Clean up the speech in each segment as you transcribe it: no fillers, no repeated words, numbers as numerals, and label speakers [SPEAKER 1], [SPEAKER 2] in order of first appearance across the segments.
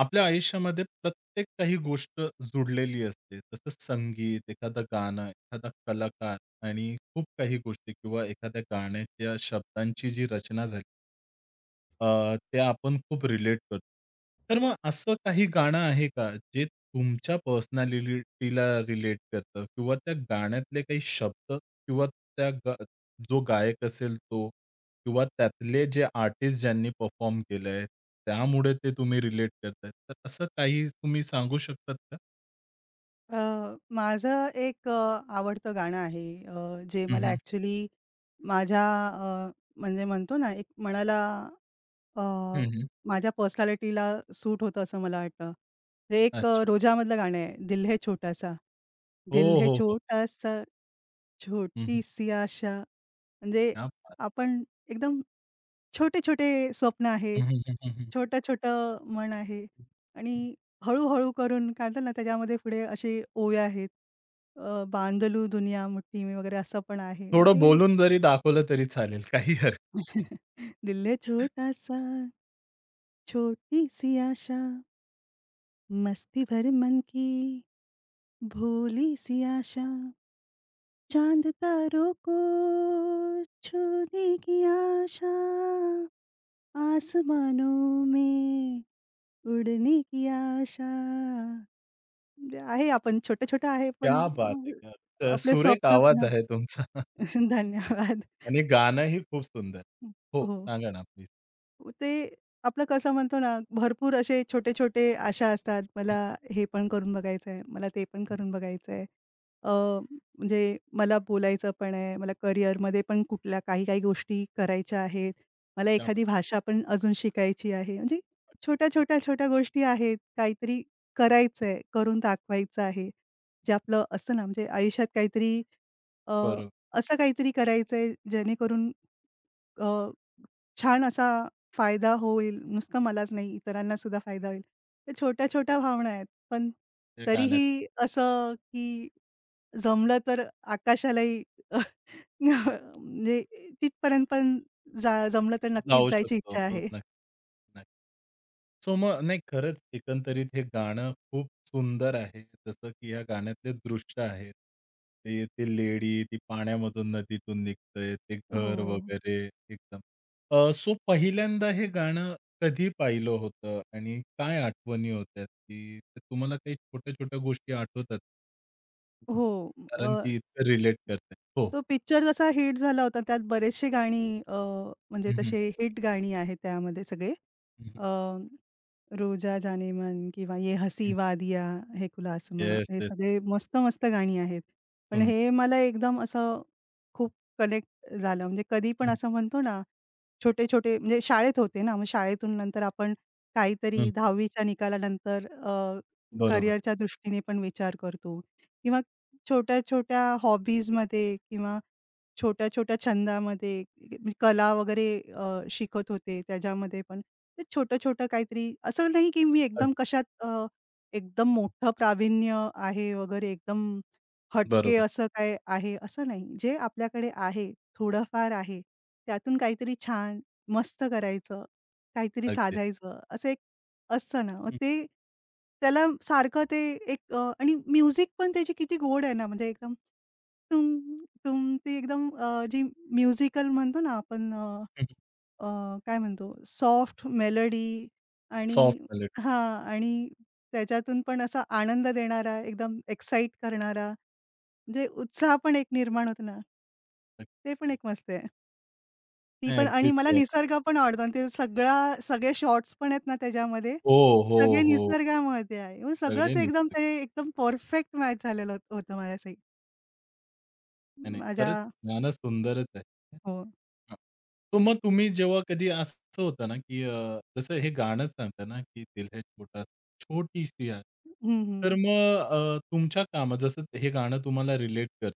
[SPEAKER 1] आपल्या आयुष्यामध्ये प्रत्येक काही गोष्ट जुडलेली असते. जसं संगीत, एखादं गाणं, एखादा कलाकार आणि खूप काही गोष्टी किंवा एखाद्या गाण्याच्या शब्दांची जी रचना झाली. ते आपण खूप रिलेट करतो. तर मग असं काही गाणं आहे का, जे तुमच्या पर्सनॅलिटीला रिलेट करतं किंवा त्या गाण्यातले काही शब्द किंवा त्या गा जो गायक असेल तो किंवा त्यातले जे आर्टिस्ट ज्यांनी परफॉर्म केलंय, त्यामुळे ते तुम्ही रिलेट करताय. तर असं काही तुम्ही सांगू शकतात का?
[SPEAKER 2] अ, माझं एक आवडतं गाणं आहे, जे
[SPEAKER 1] हं,
[SPEAKER 2] मला
[SPEAKER 1] हं.
[SPEAKER 2] ॲक्चुअली माझ्या अ, म्हणजे म्हणतो ना, एक मनाला, अ, माझ्या पर्सनॅलिटीला सूट होतं असं मला वाटतं. ते एक
[SPEAKER 1] अच्छा.
[SPEAKER 2] रोजामधलं गाणं आहे. दिल है छोटासा, दिल
[SPEAKER 1] हो,
[SPEAKER 2] है
[SPEAKER 1] हो, हो.
[SPEAKER 2] छोटासा,
[SPEAKER 1] हं,
[SPEAKER 2] छोटीसी आशा. म्हणजे
[SPEAKER 1] क्या बात!
[SPEAKER 2] आपण एकदम छोटे-छोटे स्वप्न
[SPEAKER 1] हं,
[SPEAKER 2] आहेत.
[SPEAKER 1] हं, हं, हं,
[SPEAKER 2] छोटं-छोटं मन आहे आणि हळू-हळू करून काय म्हणतात ना, त्याच्यामध्ये पुढे असे ओव्या आहेत. बांधलू दुनिया मुट्ठी में वगैरे असं पण आहे. मग
[SPEAKER 1] थोडं
[SPEAKER 2] ते
[SPEAKER 1] बोलून जरी दाखवलं तरी चालेल. काही हरकत नाही.
[SPEAKER 2] दिल है छोटा-सा, छोटी-सी आशा, मस्ती भर मन की, भोली-सी आशा, चांद तारों को छूने की आशा, आसमानों में उडने की आशा. म्हणजे आहे, आपण छोटं-छोटं आहे पण
[SPEAKER 1] क्या बात
[SPEAKER 2] मग
[SPEAKER 1] है! क्या
[SPEAKER 2] आपले
[SPEAKER 1] सुरेख
[SPEAKER 2] स्वप्न
[SPEAKER 1] आवाज
[SPEAKER 2] पण.
[SPEAKER 1] आहे तुमचा
[SPEAKER 2] धन्यवाद.
[SPEAKER 1] आणि गाणंही खूप सुंदर. हो,
[SPEAKER 2] हो.
[SPEAKER 1] सांगा ना प्लीज?
[SPEAKER 2] ते आपलं कसं म्हणतो ना, भरपूर असे छोटे-छोटे आशा असतात.
[SPEAKER 1] हं,
[SPEAKER 2] मला हे पण करून बघायचं आहे, मला ते पण
[SPEAKER 1] हं.
[SPEAKER 2] करून बघायचं आहे. अ, म्हणजे मला बोलायचं पण आहे, मला करिअरमध्ये पण कुठल्या काही-काही गोष्टी करायच्या आहेत. मला
[SPEAKER 1] क्या बात
[SPEAKER 2] एखादी भाषा पण अजून शिकायची आहे. म्हणजे
[SPEAKER 1] है!
[SPEAKER 2] छोट्या-छोट्या, छोट्या छोट्या गोष्टी आहेत. काहीतरी करायचं आहे, करून दाखवायचं आहे. जे आपलं असतं ना, म्हणजे आयुष्यात काहीतरी, अ,
[SPEAKER 1] बरोबर.
[SPEAKER 2] असं काहीतरी करायचं जेणेकरून छान असा फायदा होईल. नुसतं मलाच नाही, इतरांना सुद्धा फायदा होईल. तर छोट्या-छोट्या भावना आहेत. पण
[SPEAKER 1] त्या गाण्यात
[SPEAKER 2] तरीही असं, की जमलं तर आकाशालाही म्हणजे तिथपर्यंत पण जमलं तर नक्कीच
[SPEAKER 1] जाऊ
[SPEAKER 2] जायची
[SPEAKER 1] शकतो.
[SPEAKER 2] इच्छा
[SPEAKER 1] हो,
[SPEAKER 2] आहे.
[SPEAKER 1] नक्की, नक्की. सो मग नाही खरंच एकंदरीत हे गाणं खूप सुंदर आहे. जसं की या गाण्यातले दृश्य आहेत. ते ते लेडी, ती पाण्यामधून नदीतून निघतंय, ते
[SPEAKER 2] हो.
[SPEAKER 1] घर वगैरे एकदम. सो पहिल्यांदा हे गाणं कधी पाहिलं होतं आणि काय आठवणी होत्या की ते तुम्हाला काही छोट्या-छोट्या गोष्टी आठवतात?
[SPEAKER 2] हो.
[SPEAKER 1] कारण
[SPEAKER 2] अ,
[SPEAKER 1] की इतकं रिलेट करतंय. हो.
[SPEAKER 2] तो पिक्चर जसा हिट झाला होता, त्यात बरेचसे गाणी, म्हणजे तसे हिट गाणी आहेत त्यामध्ये सगळे. 'रोजा जानेमन' किंवा "ये हसी वादिया है खुलासमा"
[SPEAKER 1] येस,
[SPEAKER 2] हे
[SPEAKER 1] येस.
[SPEAKER 2] सगळे मस्त-मस्त गाणी आहेत. पण
[SPEAKER 1] सुंदर.
[SPEAKER 2] हे मला एकदम असं खूप कनेक्ट झालं. म्हणजे कधी पण असं म्हणतो ना, छोटे-छोटे म्हणजे शाळेत होते ना, मग शाळेतून नंतर आपण काहीतरी 10वी च्या निकालानंतर
[SPEAKER 1] बरोबर.
[SPEAKER 2] करिअरच्या दृष्टीने पण विचार करतो किंवा छोट्या-छोट्या हॉबीजमध्ये किंवा छोट्या-छोट्या छंदामध्ये म्हणजे कला वगैरे अ, शिकत होते त्याच्यामध्ये पण. ते छोटं-छोटं काहीतरी, असं नाही की मी एकदम
[SPEAKER 1] अगदी
[SPEAKER 2] कशात एकदम मोठं प्रावीण्य आहे वगैरे, एकदम हटके
[SPEAKER 1] बरोबर.
[SPEAKER 2] असं काय आहे, असं नाही. जे आपल्याकडे आहे, थोडंफार आहे, त्यातून काहीतरी छान, मस्त करायचं, काहीतरी
[SPEAKER 1] अगदी.
[SPEAKER 2] साधायचं, असं एक असतं ना. मग
[SPEAKER 1] हं,
[SPEAKER 2] ते त्याला सारखं ते एक, आणि म्युझिक पण त्याची किती गोड आहे ना, म्हणजे एकदम टुंग, टुंग, ती एकदम जी म्युझिकल म्हणतो ना आपण.
[SPEAKER 1] हं, हं.
[SPEAKER 2] अ, काय म्हणतो, सॉफ्ट मेलडी आणि
[SPEAKER 1] सॉफ्ट पॅलेट.
[SPEAKER 2] हां. आणि त्याच्यातून पण असा आनंद देणारा, एकदम एक्साईट करणारा, म्हणजे उत्साह पण एक निर्माण होतो ना, ते पण एक मस्त आहे. ती
[SPEAKER 1] नाही
[SPEAKER 2] पण. आणि मला
[SPEAKER 1] अगदीच.
[SPEAKER 2] निसर्ग पण आवडतो आणि ते सगळा, सगळे शॉट्स पण आहेत ना त्याच्यामध्ये,
[SPEAKER 1] हो, हो,
[SPEAKER 2] सगळे
[SPEAKER 1] हो. खूप
[SPEAKER 2] निसर्गामध्ये आहे. मग
[SPEAKER 1] सगळे
[SPEAKER 2] सगळंच एकदम
[SPEAKER 1] निसर्ग.
[SPEAKER 2] ते एकदम परफेक्ट मॅच झालेलं होतं माझ्यासाठी.
[SPEAKER 1] नाही, नाही.
[SPEAKER 2] माझ्या
[SPEAKER 1] खरंच गाणं सुंदरच आहे.
[SPEAKER 2] हो.
[SPEAKER 1] हां. तर मग तुम्ही जेव्हा कधी असं होतं ना, की जसं हे गाणं सांगतं ना, की दिल है छोटा छोटी-सी आहे,
[SPEAKER 2] हं, हं.
[SPEAKER 1] तर मग तुमच्या कामात जसं हे गाणं तुम्हाला रिलेट करतं.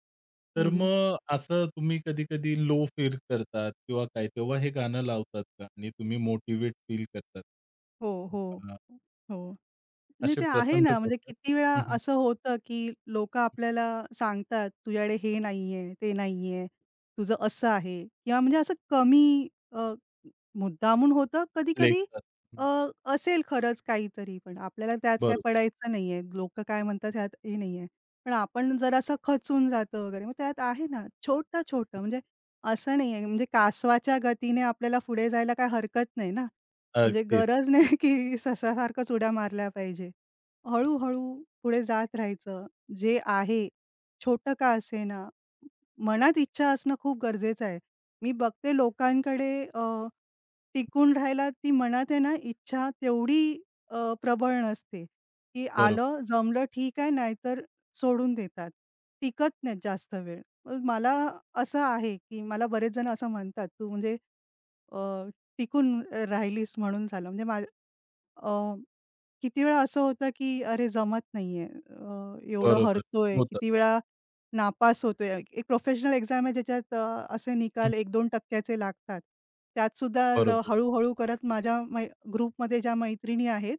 [SPEAKER 1] तर
[SPEAKER 2] हं, हं.
[SPEAKER 1] मग असं तुम्ही कधी-कधी लो फील करतात किंवा काय तेव्हा हे गाणं लावतात का? आणि तुम्ही मोटिव्हेट फील करतात?
[SPEAKER 2] हो, हो.
[SPEAKER 1] अ,
[SPEAKER 2] हो. नाही,
[SPEAKER 1] असे
[SPEAKER 2] ते आहे
[SPEAKER 1] प्रसंग
[SPEAKER 2] ना, म्हणजे
[SPEAKER 1] घडतात?
[SPEAKER 2] किती वेळा
[SPEAKER 1] हं, हं.
[SPEAKER 2] असं होतं, की लोकं आपल्याला सांगतात, "तुझ्याकडे हे नाहीये, ते नाहीये, तुझं असं आहे" किंवा म्हणजे असं कमी, मुद्दामून होतं. कधी-कधी
[SPEAKER 1] लेखतात.
[SPEAKER 2] अ,
[SPEAKER 1] हं.
[SPEAKER 2] असेल खरंच काहीतरी, पण आपल्याला त्यात काय
[SPEAKER 1] बरोबर.
[SPEAKER 2] पडायचं नाहीये. लोकं काय म्हणतात ह्यात हे नाहीये. पण आपण जरासं खचून जातो वगैरे. मग त्यात आहे ना, छोटं-छोटं म्हणजे असं नाहीये, म्हणजे कासवाच्या गतीने आपल्याला पुढे जायला काही हरकत नाही ना. म्हणजे
[SPEAKER 1] अगदीच,
[SPEAKER 2] गरज
[SPEAKER 1] अगदीच.
[SPEAKER 2] नाही की ससासारखंच उड्या मारल्या पाहिजे. हळू-हळू पुढे जात राहायचं. जे आहे, छोटं का असेना, मनात इच्छा असणं खूप गरजेचं आहे. मी बघते लोकांकडे, टिकून राहायला ती मनात आहे ना इच्छा, तेवढी प्रबळ नसते, की
[SPEAKER 1] बरोबर,
[SPEAKER 2] आलं, जमलं ठीक आहे, नाहीतर सोडून देतात. टिकत नाहीत जास्त वेळ. मग मला असं आहे, की मला बरेच जण असं म्हणतात, "तू म्हणजे अ, टिकून राहिलीस म्हणून झालं." म्हणजे माझ्या अ, किती वेळा असं होतं, की "अरे जमत नाहीये, एवढं
[SPEAKER 1] बरोबर.
[SPEAKER 2] हरतोय."
[SPEAKER 1] होतं.
[SPEAKER 2] किती वेळा नापास होतोय. एक प्रोफेशनल एक्झाम आहे ज्याच्यात असे निकाल एक दोन चे लागतात. त्यातसुद्धा
[SPEAKER 1] बरोबर.
[SPEAKER 2] हळू-हळू करत माझ्या ग्रुपमध्ये ज्या मैत्रिणी आहेत,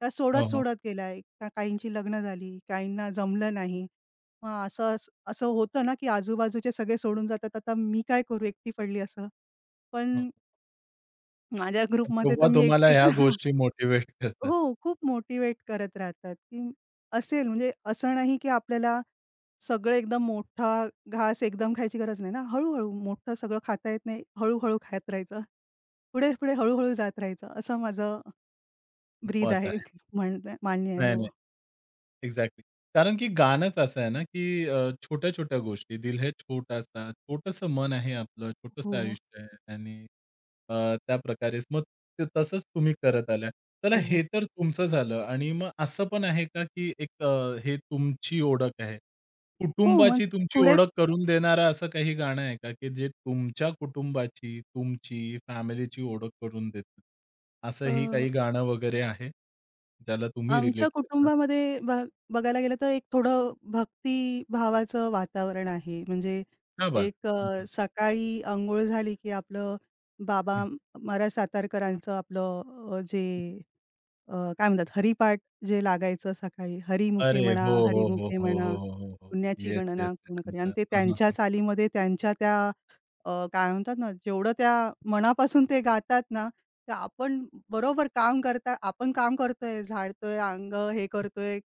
[SPEAKER 2] त्या
[SPEAKER 1] हो, हो.
[SPEAKER 2] सोडत-सोडत गेल्या. का काहींची लग्न झाली, काहींना जमलं नाही. मग असं, असं होतं ना, की आजूबाजूचे सगळे सोडून जातात. आता मी काय करू, एकटी पडली असं.
[SPEAKER 1] हं.
[SPEAKER 2] पण माझ्या ग्रुपमध्ये
[SPEAKER 1] तेव्हा
[SPEAKER 2] तर मी
[SPEAKER 1] तुम्हाला
[SPEAKER 2] एकटीच.
[SPEAKER 1] ह्या गोष्टी मोटिव्हेट करतात.
[SPEAKER 2] हो, खूप मोटिवेट करत राहतात, की असेल म्हणजे असं नाही की आपल्याला सगळं एकदम मोठा घास एकदम खायची गरज नाही ना. हळू-हळू मोठं सगळं खाता येत नाही. हळू-हळू खात राहायचं. पुढे-पुढे हळू जात राहायचं. असं माझं ब्रीद
[SPEAKER 1] मत
[SPEAKER 2] आहे.
[SPEAKER 1] आहे.
[SPEAKER 2] मान्य आहे.
[SPEAKER 1] नाही,
[SPEAKER 2] हो.
[SPEAKER 1] नाही. एक्झॅक्टली. कारण की गाणंच असं आहे ना, की छोट्या-छोट्या गोष्टी, दिल है छोटासा, छोटंसं मन आहे आपलं, छोटंसं
[SPEAKER 2] हो,
[SPEAKER 1] आयुष्य आहे आणि त्याप्रकारेच मग ते तसंच तुम्ही करत आल्या. चला हे
[SPEAKER 2] हो.
[SPEAKER 1] तर तुमचं झालं आणि मग असं पण आहे का, की एक हे तुमची ओळख आहे.
[SPEAKER 2] हो,
[SPEAKER 1] कुटुंबाची
[SPEAKER 2] म्हणजे
[SPEAKER 1] तुमची
[SPEAKER 2] पुढे
[SPEAKER 1] ओळख करून देणारं असं काही गाणं आहे का, की जे तुमच्या कुटुंबाची, तुमची फॅमिलीची ओळख करून देतं? असंही काही गाणं वगैरे आहे, ज्याला तुम्ही रिलेट
[SPEAKER 2] आमच्या
[SPEAKER 1] करता?
[SPEAKER 2] कुटुंबामध्ये बघायला गेलं तर एक थोडं भक्तिभावाचं वातावरण आहे. म्हणजे
[SPEAKER 1] क्या बात!
[SPEAKER 2] एक,
[SPEAKER 1] हं, हं,
[SPEAKER 2] सकाळी अंघोळ झाली की आपलं बाबा
[SPEAKER 1] हं.
[SPEAKER 2] म रा. सातारकरांचं आपलं जे
[SPEAKER 1] हं.
[SPEAKER 2] काय म्हणतात हरिपाठ जे लागायचं सकाळी, "हरिमुखे
[SPEAKER 1] अरे!
[SPEAKER 2] म्हणा,
[SPEAKER 1] हो, हो, हो,
[SPEAKER 2] हरिमुखे
[SPEAKER 1] हो,
[SPEAKER 2] म्हणा,
[SPEAKER 1] हो, हो, हो, हो.
[SPEAKER 2] पुण्याची
[SPEAKER 1] येस, येस,
[SPEAKER 2] गणना
[SPEAKER 1] येस,
[SPEAKER 2] कोण करे," आणि
[SPEAKER 1] येस.
[SPEAKER 2] ते
[SPEAKER 1] हां, हां,
[SPEAKER 2] त्यांच्या
[SPEAKER 1] हां.
[SPEAKER 2] चालीमध्ये त्यांच्या त्या काय म्हणतात ना, जेवढं त्या मनापासून ते गातात ना, तर आपण बरोबर काम करता, आपण काम करतोय, झाडतोय, अंग हे करतोय,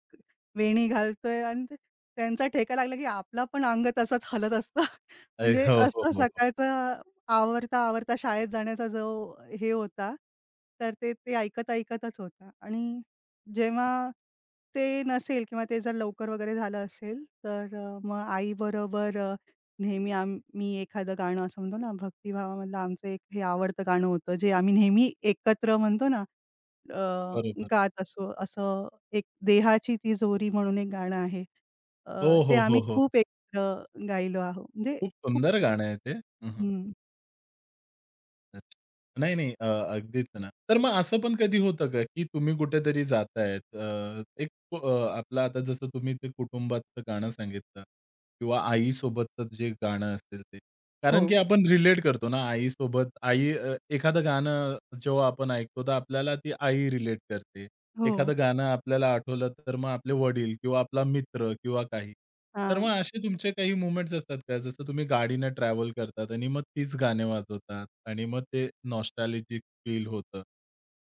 [SPEAKER 2] वेणी घालतोय आणि ते त्यांचा ठेका लागला, की आपला पण अंग तसंच हलत असतं.
[SPEAKER 1] अरे
[SPEAKER 2] म्हणजे
[SPEAKER 1] हो, हो,
[SPEAKER 2] असं
[SPEAKER 1] हो, हो.
[SPEAKER 2] सकाळचं आवरता, आवरता शाळेत जाण्याचा जो हे होता, तर ते ते ऐकत, ऐकतच होता आणि जेव्हा ते नसेल किंवा ते जर लवकर वगैरे झालं असेल, तर मग आईबरोबर नेहमी आम्ही एखादं गाणं असं म्हणतो ना, भक्तिभावामधलं आमचं एक हे आवडतं गाणं होतं, जे आम्ही नेहमी एकत्र म्हणतो ना, अ,
[SPEAKER 1] बरोबर.
[SPEAKER 2] गात असो असं एक, देहाची तिजोरी म्हणून एक गाणं आहे. अ,
[SPEAKER 1] हो,
[SPEAKER 2] ते
[SPEAKER 1] हो, हो,
[SPEAKER 2] आम्ही
[SPEAKER 1] हो.
[SPEAKER 2] खूप एकत्र गायलो आहोत. म्हणजे
[SPEAKER 1] खूप
[SPEAKER 2] खूप.
[SPEAKER 1] सुंदर गाणं आहे ते. हं, हं.
[SPEAKER 2] हं.
[SPEAKER 1] अच्छा. नाही, नाही. अगदीच ना. तर मग असं पण कधी होतं का, की तुम्ही कुठेतरी जातायत, अ, एक कु- अ, आपलं आता जसं तुम्ही ते कुटुंबाचं गाणं सांगितलं किंवा आईसोबतचं जे गाणं असेल ते.
[SPEAKER 2] हो,
[SPEAKER 1] कारण की आपण रिलेट करतो ना आई सोबत, आई एखादं गाणं जेव्हा आपण ऐकतो, तर आपल्याला ती आई रिलेट करते.
[SPEAKER 2] हो.
[SPEAKER 1] एखादं गाणं आपल्याला आठवलं तर मग आपले वडील किंवा आपला मित्र किंवा काही. तर मग
[SPEAKER 2] हां.
[SPEAKER 1] असे तुमचे काही मोमेंट्स असतात का? जसं तुम्ही गाडीनं ट्रॅव्हल करतात आणि मग तीच गाणे वाजवतात आणि मग ते नॉस्टॅल्जिक फील होतं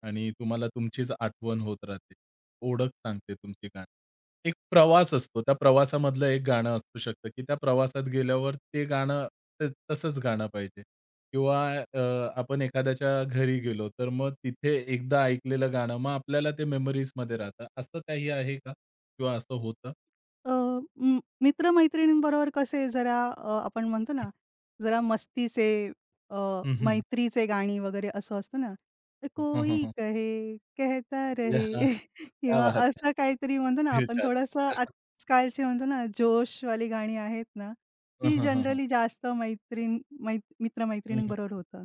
[SPEAKER 1] आणि तुम्हाला तुमचीच आठवण होत राहते. ओळख सांगते तुमची गाणी? एक प्रवास असतो. त्या प्रवासामधलं एक गाणं असू शकतं, की त्या प्रवासात गेल्यावर ते गाणं त तसंच गाणं पाहिजे किंवा अ, आपण एखाद्याच्या घरी गेलो, तर मग तिथे एकदा ऐकलेलं गाणं, मग आपल्याला ते मेमरीजमध्ये राहतं. असं काही आहे का? किंवा असं होतं?
[SPEAKER 2] अ, मित्र-मैत्रिणींबरोबर कसे जरा, आपण म्हणतो ना, जरा मस्तीचे, अ,
[SPEAKER 1] हं, हं.
[SPEAKER 2] मैत्रीचे गाणी वगैरे असं असतं ना, तर
[SPEAKER 1] हं, हं,
[SPEAKER 2] कोई
[SPEAKER 1] हं.
[SPEAKER 2] कहे कहता रहे
[SPEAKER 1] क्या
[SPEAKER 2] किंवा
[SPEAKER 1] बात है!
[SPEAKER 2] असं काहीतरी म्हणतो ना,
[SPEAKER 1] दिल
[SPEAKER 2] आपण थोडंसं
[SPEAKER 1] चाहता है.
[SPEAKER 2] आजकालचे म्हणतो ना, जोशवाली गाणी आहेत ना,
[SPEAKER 1] हं,
[SPEAKER 2] ती
[SPEAKER 1] हं, हं, हं.
[SPEAKER 2] जनरली जास्त मैत्रीण,
[SPEAKER 1] हं, हं,
[SPEAKER 2] मित्र-मैत्रिणींबरोबर होतं.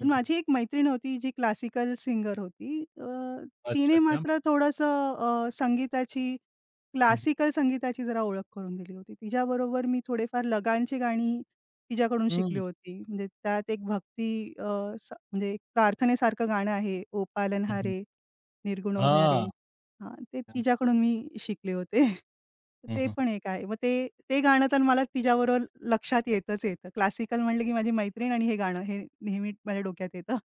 [SPEAKER 2] पण माझी एक मैत्रीण होती, जी क्लासिकल सिंगर होती.
[SPEAKER 1] अच्छा,
[SPEAKER 2] तिने
[SPEAKER 1] क्या बात!
[SPEAKER 2] मात्र थोडंसं अ, संगीताची
[SPEAKER 1] हं, हं.
[SPEAKER 2] क्लासिकल संगीताची जरा ओळख करून दिली होती. तिच्याबरोबर मी थोडेफार लगानची गाणी तिच्याकडून शिकली
[SPEAKER 1] हं,
[SPEAKER 2] होती. म्हणजे त्यात एक भक्ती, म्हणजे एक प्रार्थनेसारखं गाणं आहे, "ओ
[SPEAKER 1] हं, हं.
[SPEAKER 2] पालनहारे निर्गुणवणारे." हां, ते तिच्याकडून मी शिकले होते.
[SPEAKER 1] हं,
[SPEAKER 2] ते
[SPEAKER 1] हं,
[SPEAKER 2] पण एक आहे. मग ते ते गाणं तर मला तिच्याबरोबर लक्षात येतच येतं. क्लासिकल म्हटलं की माझी मैत्रीण आणि हे गाणं हे नेहमी माझ्या डोक्यात येतं.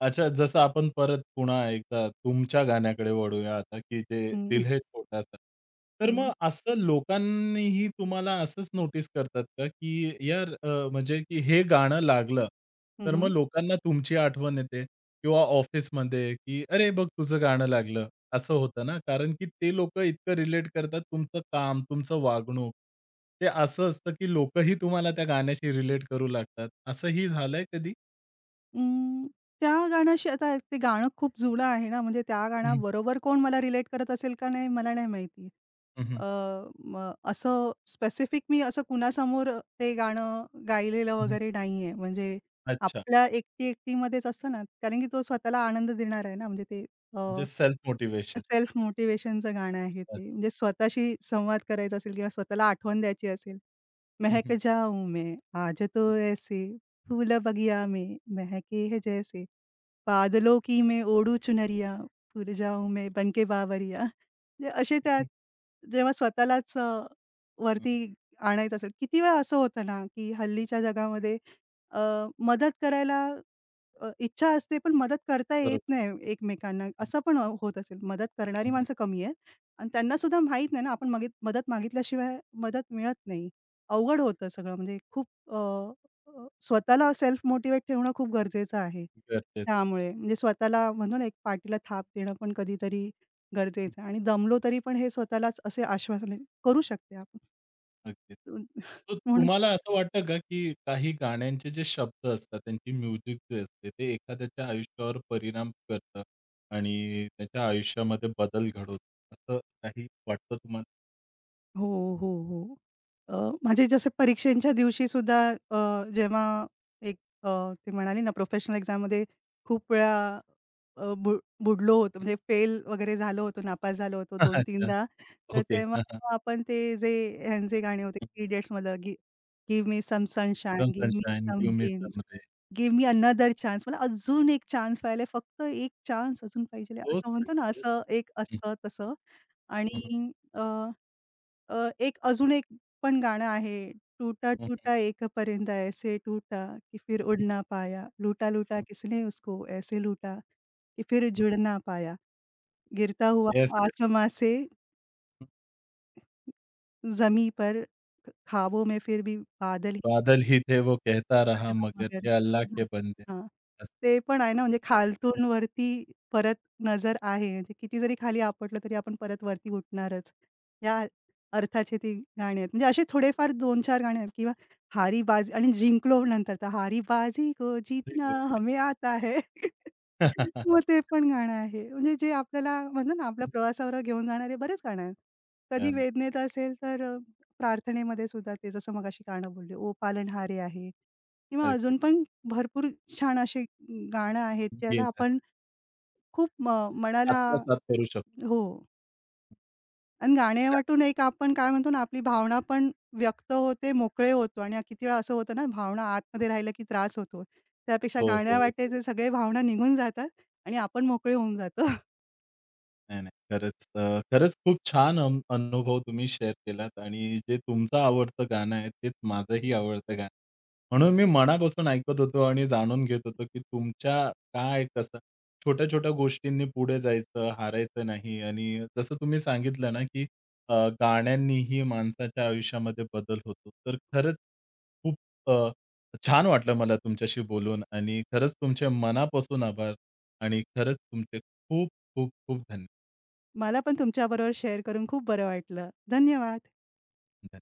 [SPEAKER 1] अच्छा, जसं आपण परत पुन्हा एकदा तुमच्या गाण्याकडे वळूया आता, की जे
[SPEAKER 2] हं,
[SPEAKER 1] दिल
[SPEAKER 2] हं.
[SPEAKER 1] है छोटा सा तर मग असं लोकांनीही तुम्हाला असंच नोटीस करतात का, की यार म्हणजे की हे गाणं लागलं, तर मग
[SPEAKER 2] हं.
[SPEAKER 1] लोकांना तुमची आठवण येते किंवा ऑफिसमध्ये, की "अरे बघ तुझं गाणं लागलं." असं होतं ना, कारण की ते लोकं इतकं रिलेट करतात तुमचं काम, तुमचं वागणूक. ते असं असतं, की लोकंही तुम्हाला त्या गाण्याशी रिलेट करू लागतात. असंही झालंय कधी?
[SPEAKER 2] अं, त्या गाण्याशी, आता ते गाणं खूप जुळं आहे ना, म्हणजे त्या
[SPEAKER 1] हं,
[SPEAKER 2] गाण्याबरोबर कोण मला रिलेट करत असेल का नाही, मला नाही माहिती.
[SPEAKER 1] हं, हं.
[SPEAKER 2] अ, मग असं स्पेसिफिक मी असं कुणासमोर ते गाणं गायलेलं वगैरे नाहीये. म्हणजे
[SPEAKER 1] अच्छा,
[SPEAKER 2] आपल्या एकटी-एकटीमध्येच असतं ना, कारण की तो स्वतःला आनंद देणारा आहे ना, म्हणजे ते
[SPEAKER 1] म्हणजे सेल्फ मोटिव्हेशन.
[SPEAKER 2] सेल्फ मोटिव्हेशनचं गाणं आहे
[SPEAKER 1] अच्छा.
[SPEAKER 2] ते. म्हणजे स्वतःशी संवाद करायचा असेल किंवा स्वतःला आठवण द्यायची असेल,
[SPEAKER 1] हं,
[SPEAKER 2] "महक
[SPEAKER 1] हं.
[SPEAKER 2] जाऊ मैं आज तो ऐसे फूल बगिया में महके है जैसे." बादलों की मैं ओढू चुनरिया, पुरजाऊ मैं बनके बावरिया. म्हणजे असे त्यात
[SPEAKER 1] हं,
[SPEAKER 2] जेव्हा स्वतःलाच
[SPEAKER 1] हं.
[SPEAKER 2] वरती आणायचं असेल. किती वेळा असं होतं ना, की हल्लीच्या जगामध्ये अ, मदत करायला इच्छा असते, पण मदत करता येत
[SPEAKER 1] बरोबर.
[SPEAKER 2] नाही एकमेकांना.
[SPEAKER 1] हं,
[SPEAKER 2] असं पण होत असेल. मदत
[SPEAKER 1] हं,
[SPEAKER 2] करणारी
[SPEAKER 1] हं.
[SPEAKER 2] माणसं कमी आहेत आणि त्यांना सुद्धा माहीत नाही ना, आपण मदत मागितल्याशिवाय मदत मिळत नाही. अवघड होतं सगळं, म्हणजे खूप अ, अ, स्वतःला सेल्फ मोटिव्हेट ठेवणं खूप गरजेचं आहे.
[SPEAKER 1] गरजेचं.
[SPEAKER 2] त्यामुळे म्हणजे स्वतःला म्हणतो ना, एक पाठीला थाप देणं पण कधीतरी
[SPEAKER 1] हं,
[SPEAKER 2] गरजेचं आहे आणि दमलो तरी पण हे स्वतःलाच असे आश्वासने करू शकते आपण.
[SPEAKER 1] अगदीच. तर
[SPEAKER 2] म्हणून
[SPEAKER 1] तुम्हाला असं वाटतं का, की काही गाण्यांचे जे शब्द असतात, त्यांची म्युझिक जे असते, ते एखाद्याच्या आयुष्यावर परिणाम करतं आणि त्याच्या आयुष्यामध्ये बदल घडवतं, असं काही वाटतं तुम्हाला?
[SPEAKER 2] हो, हो, हो. अ, म्हणजे जसं परीक्षेच्या दिवशीसुद्धा अ, जेव्हा एक, अ, ते म्हणाले ना प्रोफेशनल एक्झाममध्ये खूप वेळा अ, बु बुडलो होतो, म्हणजे फेल वगैरे झालो होतो, नापास झालो होतो
[SPEAKER 1] अच्छा.
[SPEAKER 2] 2-3दा. तर
[SPEAKER 1] ओके.
[SPEAKER 2] तेव्हा
[SPEAKER 1] हां, हां.
[SPEAKER 2] आपण ते जे ह्यांचे गाणे होते, इडियट्समधलं, give me some
[SPEAKER 1] some
[SPEAKER 2] sunshine, give me
[SPEAKER 1] sunshine,
[SPEAKER 2] some
[SPEAKER 1] give me
[SPEAKER 2] rains,
[SPEAKER 1] some rain.
[SPEAKER 2] Give me another chance. मला अजून एक चान्स पाहिजे, फक्त एक चान्स अजून पाहिजे.
[SPEAKER 1] तोच,
[SPEAKER 2] असं म्हणतो ना,
[SPEAKER 1] तोच.
[SPEAKER 2] असं एक असतं तसं.
[SPEAKER 1] हं,
[SPEAKER 2] आणि अ अ, एक अजून एक पण गाणं आहे, टूटा
[SPEAKER 1] हं, हं,
[SPEAKER 2] टूटा एक परिंदा ऐसे टूटा कि फिर उड़ ना पाया, लूटा लूटा किसने उसको ऐसे लूटा कि फिर
[SPEAKER 1] हं.
[SPEAKER 2] जुड़ ना पाया, गिरता हुआ
[SPEAKER 1] येस, येस.
[SPEAKER 2] आसमां से जमी पर, ख्वाबों में फिर भी बादल ही
[SPEAKER 1] बादल ही थे वो कहता
[SPEAKER 2] अरे
[SPEAKER 1] रहा मगर
[SPEAKER 2] रामनगर.
[SPEAKER 1] ये अल्लाह के बंदे
[SPEAKER 2] हां. ते पण आहे ना, म्हणजे खालतून वरती परत नजर आहे. म्हणजे किती जरी खाली आपटलं तरी आपण परत वरती उठणारच. या अर्थाचे ती गाणी आहेत. म्हणजे असे थोडेफार दोन-चार गाणे आहेत. किंवा हारी बाजी, आणि जिंकलो नंतर तर हारी बाजी को
[SPEAKER 1] हंसते
[SPEAKER 2] जीतना
[SPEAKER 1] खुदे
[SPEAKER 2] हमें आता है. मग ते पण गाणं आहे. म्हणजे जे आपल्याला म्हणतो ना, आपल्या प्रवासावर घेऊन जाणारे बरेच गाणं आहेत. कधी
[SPEAKER 1] छान आहे.
[SPEAKER 2] वेदनेत असेल तर प्रार्थनेमध्ये सुद्धा, ते जसं मगाशी गाणं बोलले, ओ पालनहारे आहे. किंवा
[SPEAKER 1] अगदी.
[SPEAKER 2] अजून पण भरपूर छान असे गाणं आहेत, ज्याला
[SPEAKER 1] येत आहे.
[SPEAKER 2] आपण खूप, मनाला,
[SPEAKER 1] आत्मसात करू शकतो.
[SPEAKER 2] हो, आणि गाण्यावाटून एक आपण काय म्हणतो ना, आपली भावना पण व्यक्त होते, मोकळे होतो आणि किती वेळा असं होतं ना, भावना आतमध्ये राहिलं की त्रास होतो. त्यापेक्षा
[SPEAKER 1] हो, हो.
[SPEAKER 2] गाण्यावाटेचे सगळे भावना निघून जातात आणि आपण मोकळे होऊन जातो.
[SPEAKER 1] नाही, नाही. खरंच खरंच खूप छान अनुभव तुम्ही शेअर केलात आणि जे तुमचं आवडतं गाणं आहे, तेच माझंही आवडतं गाणं. आहे. म्हणून मी मनापासून ऐकत होतो आणि जाणून घेत होतो, की तुमच्या काय कसं छोट्या-छोट्या गोष्टींनी पुढे जायचं, हारायचं नाही आणि जसं तुम्ही सांगितलं ना, की अ, गाण्यांनीही माणसाच्या आयुष्यामध्ये बदल होतो. तर खरंच खूप अ, छान वाटलं मला तुमच्याशी बोलून आणि खरंच तुमचे मनापासून आभार आणि खरंच तुमचे खूप, खूप, खूप धन्यवाद.
[SPEAKER 2] मला पण तुमच्याबरोबर शेअर करून खूप बरं वाटलं. धन्यवाद.
[SPEAKER 1] बरं.